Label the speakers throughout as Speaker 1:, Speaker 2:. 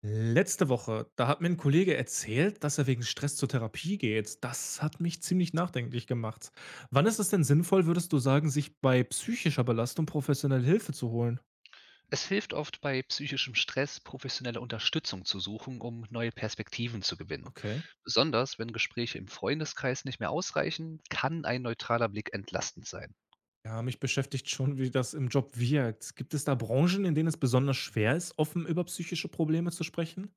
Speaker 1: Letzte Woche, da hat mir ein Kollege erzählt, dass er wegen Stress zur Therapie geht. Das hat mich ziemlich nachdenklich gemacht. Wann ist es denn sinnvoll, würdest du sagen, sich bei psychischer Belastung professionelle Hilfe zu holen?
Speaker 2: Es hilft oft bei psychischem Stress, professionelle Unterstützung zu suchen, um neue Perspektiven zu gewinnen.
Speaker 1: Okay.
Speaker 2: Besonders wenn Gespräche im Freundeskreis nicht mehr ausreichen, kann ein neutraler Blick entlastend sein.
Speaker 1: Ja, mich beschäftigt schon, wie das im Job wirkt. Gibt es da Branchen, in denen es besonders schwer ist, offen über psychische Probleme zu sprechen?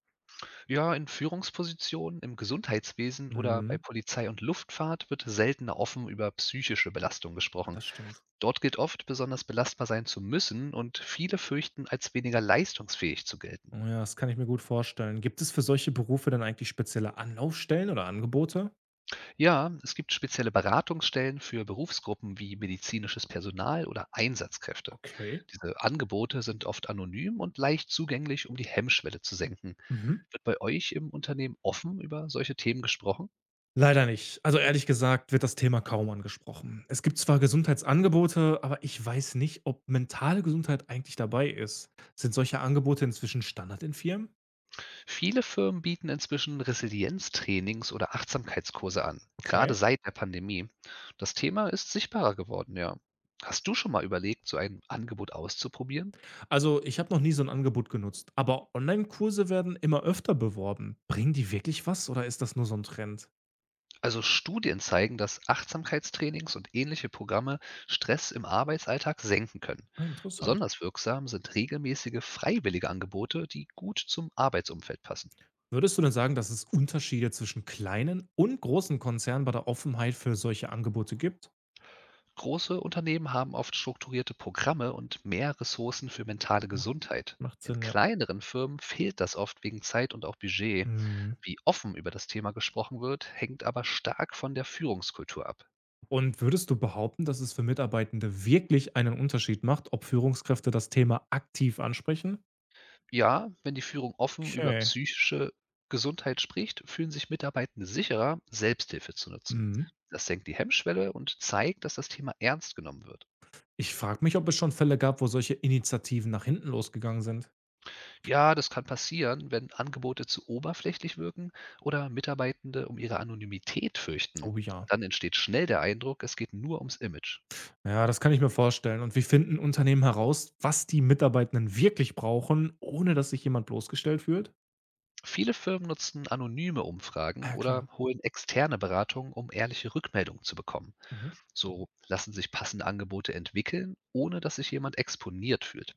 Speaker 2: Ja, in Führungspositionen, im Gesundheitswesen oder bei
Speaker 1: Mhm.
Speaker 2: Polizei und Luftfahrt wird seltener offen über psychische Belastung
Speaker 1: Ja,
Speaker 2: gesprochen.
Speaker 1: das stimmt.
Speaker 2: Dort gilt oft, besonders belastbar sein zu müssen und viele fürchten, als weniger leistungsfähig zu gelten.
Speaker 1: Oh ja, das kann ich mir gut vorstellen. Gibt es für solche Berufe dann eigentlich spezielle Anlaufstellen oder Angebote?
Speaker 2: Ja, es gibt spezielle Beratungsstellen für Berufsgruppen wie medizinisches Personal oder Einsatzkräfte.
Speaker 1: Okay.
Speaker 2: Diese Angebote sind oft anonym und leicht zugänglich, um die Hemmschwelle zu senken.
Speaker 1: Mhm.
Speaker 2: Wird bei euch im Unternehmen offen über solche Themen gesprochen?
Speaker 1: Leider nicht. Also ehrlich gesagt wird das Thema kaum angesprochen. Es gibt zwar Gesundheitsangebote, aber ich weiß nicht, ob mentale Gesundheit eigentlich dabei ist. Sind solche Angebote inzwischen Standard in Firmen?
Speaker 2: Viele Firmen bieten inzwischen Resilienztrainings oder Achtsamkeitskurse an, gerade
Speaker 1: Okay.
Speaker 2: seit der Pandemie. Das Thema ist sichtbarer geworden, ja. Hast du schon mal überlegt, so ein Angebot auszuprobieren?
Speaker 1: Also ich habe noch nie so ein Angebot genutzt, aber Online-Kurse werden immer öfter beworben. Bringen die wirklich was oder ist das nur so ein Trend?
Speaker 2: Also Studien zeigen, dass Achtsamkeitstrainings und ähnliche Programme Stress im Arbeitsalltag senken können.
Speaker 1: Ah, interessant.
Speaker 2: Besonders wirksam sind regelmäßige freiwillige Angebote, die gut zum Arbeitsumfeld passen.
Speaker 1: Würdest du denn sagen, dass es Unterschiede zwischen kleinen und großen Konzernen bei der Offenheit für solche Angebote gibt?
Speaker 2: Große Unternehmen haben oft strukturierte Programme und mehr Ressourcen für mentale
Speaker 1: Macht,
Speaker 2: Gesundheit.
Speaker 1: macht
Speaker 2: In
Speaker 1: Sinn, ja.
Speaker 2: kleineren Firmen fehlt das oft wegen Zeit und auch Budget.
Speaker 1: Mhm.
Speaker 2: Wie offen über das Thema gesprochen wird, hängt aber stark von der Führungskultur ab.
Speaker 1: Und würdest du behaupten, dass es für Mitarbeitende wirklich einen Unterschied macht, ob Führungskräfte das Thema aktiv ansprechen?
Speaker 2: Ja, wenn die Führung offen über
Speaker 1: Okay.
Speaker 2: psychische Gesundheit spricht, fühlen sich Mitarbeitende sicherer, Selbsthilfe zu nutzen.
Speaker 1: Mhm.
Speaker 2: Das senkt die Hemmschwelle und zeigt, dass das Thema ernst genommen wird.
Speaker 1: Ich frage mich, ob es schon Fälle gab, wo solche Initiativen nach hinten losgegangen sind.
Speaker 2: Ja, das kann passieren, wenn Angebote zu oberflächlich wirken oder Mitarbeitende um ihre Anonymität fürchten.
Speaker 1: Oh ja.
Speaker 2: Dann entsteht schnell der Eindruck, es geht nur ums Image.
Speaker 1: Ja, das kann ich mir vorstellen. Und wie finden Unternehmen heraus, was die Mitarbeitenden wirklich brauchen, ohne dass sich jemand bloßgestellt fühlt?
Speaker 2: Viele Firmen nutzen anonyme Umfragen
Speaker 1: Ah, klar.
Speaker 2: oder holen externe Beratung, um ehrliche Rückmeldungen zu bekommen.
Speaker 1: Mhm.
Speaker 2: So lassen sich passende Angebote entwickeln, ohne dass sich jemand exponiert fühlt.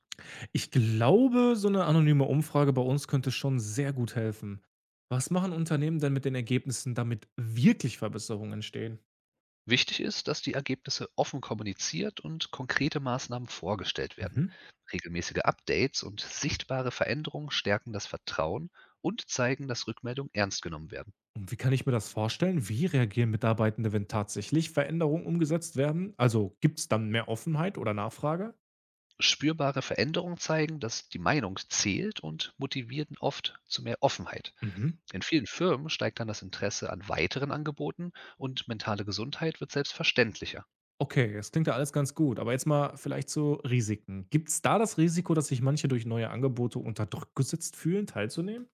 Speaker 1: Ich glaube, so eine anonyme Umfrage bei uns könnte schon sehr gut helfen. Was machen Unternehmen denn mit den Ergebnissen, damit wirklich Verbesserungen entstehen?
Speaker 2: Wichtig ist, dass die Ergebnisse offen kommuniziert und konkrete Maßnahmen vorgestellt werden.
Speaker 1: Mhm.
Speaker 2: Regelmäßige Updates und sichtbare Veränderungen stärken das Vertrauen und zeigen, dass Rückmeldungen ernst genommen werden.
Speaker 1: Und wie kann ich mir das vorstellen? Wie reagieren Mitarbeitende, wenn tatsächlich Veränderungen umgesetzt werden? Also gibt es dann mehr Offenheit oder Nachfrage?
Speaker 2: Spürbare Veränderungen zeigen, dass die Meinung zählt und motivieren oft zu mehr Offenheit.
Speaker 1: Mhm.
Speaker 2: In vielen Firmen steigt dann das Interesse an weiteren Angeboten und mentale Gesundheit wird selbstverständlicher.
Speaker 1: Okay, das klingt ja alles ganz gut, aber jetzt mal vielleicht zu Risiken. Gibt es da das Risiko, dass sich manche durch neue Angebote unter Druck gesetzt fühlen, teilzunehmen?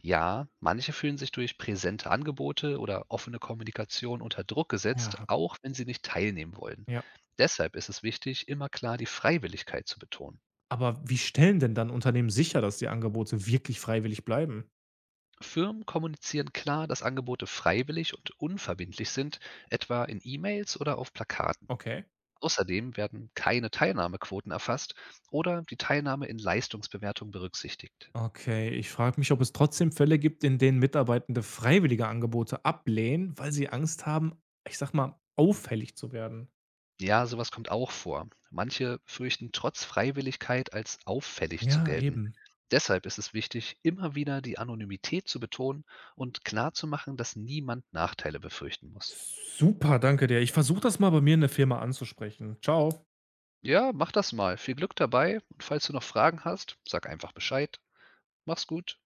Speaker 2: Ja, manche fühlen sich durch präsente Angebote oder offene Kommunikation unter Druck gesetzt,
Speaker 1: Ja,
Speaker 2: auch wenn sie nicht teilnehmen wollen.
Speaker 1: ja.
Speaker 2: Deshalb ist es wichtig, immer klar die Freiwilligkeit zu betonen.
Speaker 1: Aber wie stellen denn dann Unternehmen sicher, dass die Angebote wirklich freiwillig bleiben?
Speaker 2: Firmen kommunizieren klar, dass Angebote freiwillig und unverbindlich sind, etwa in E-Mails oder auf Plakaten.
Speaker 1: Okay.
Speaker 2: Außerdem werden keine Teilnahmequoten erfasst oder die Teilnahme in Leistungsbewertungen berücksichtigt.
Speaker 1: Okay, ich frage mich, ob es trotzdem Fälle gibt, in denen Mitarbeitende freiwillige Angebote ablehnen, weil sie Angst haben, ich sag mal, auffällig zu werden.
Speaker 2: Ja, sowas kommt auch vor. Manche fürchten trotz Freiwilligkeit als auffällig zu
Speaker 1: Ja,
Speaker 2: gelten.
Speaker 1: eben.
Speaker 2: Deshalb ist es wichtig, immer wieder die Anonymität zu betonen und klarzumachen, dass niemand Nachteile befürchten muss.
Speaker 1: Super, danke dir. Ich versuche das mal bei mir in der Firma anzusprechen. Ciao.
Speaker 2: Ja, mach das mal. Viel Glück dabei und falls du noch Fragen hast, sag einfach Bescheid. Mach's gut.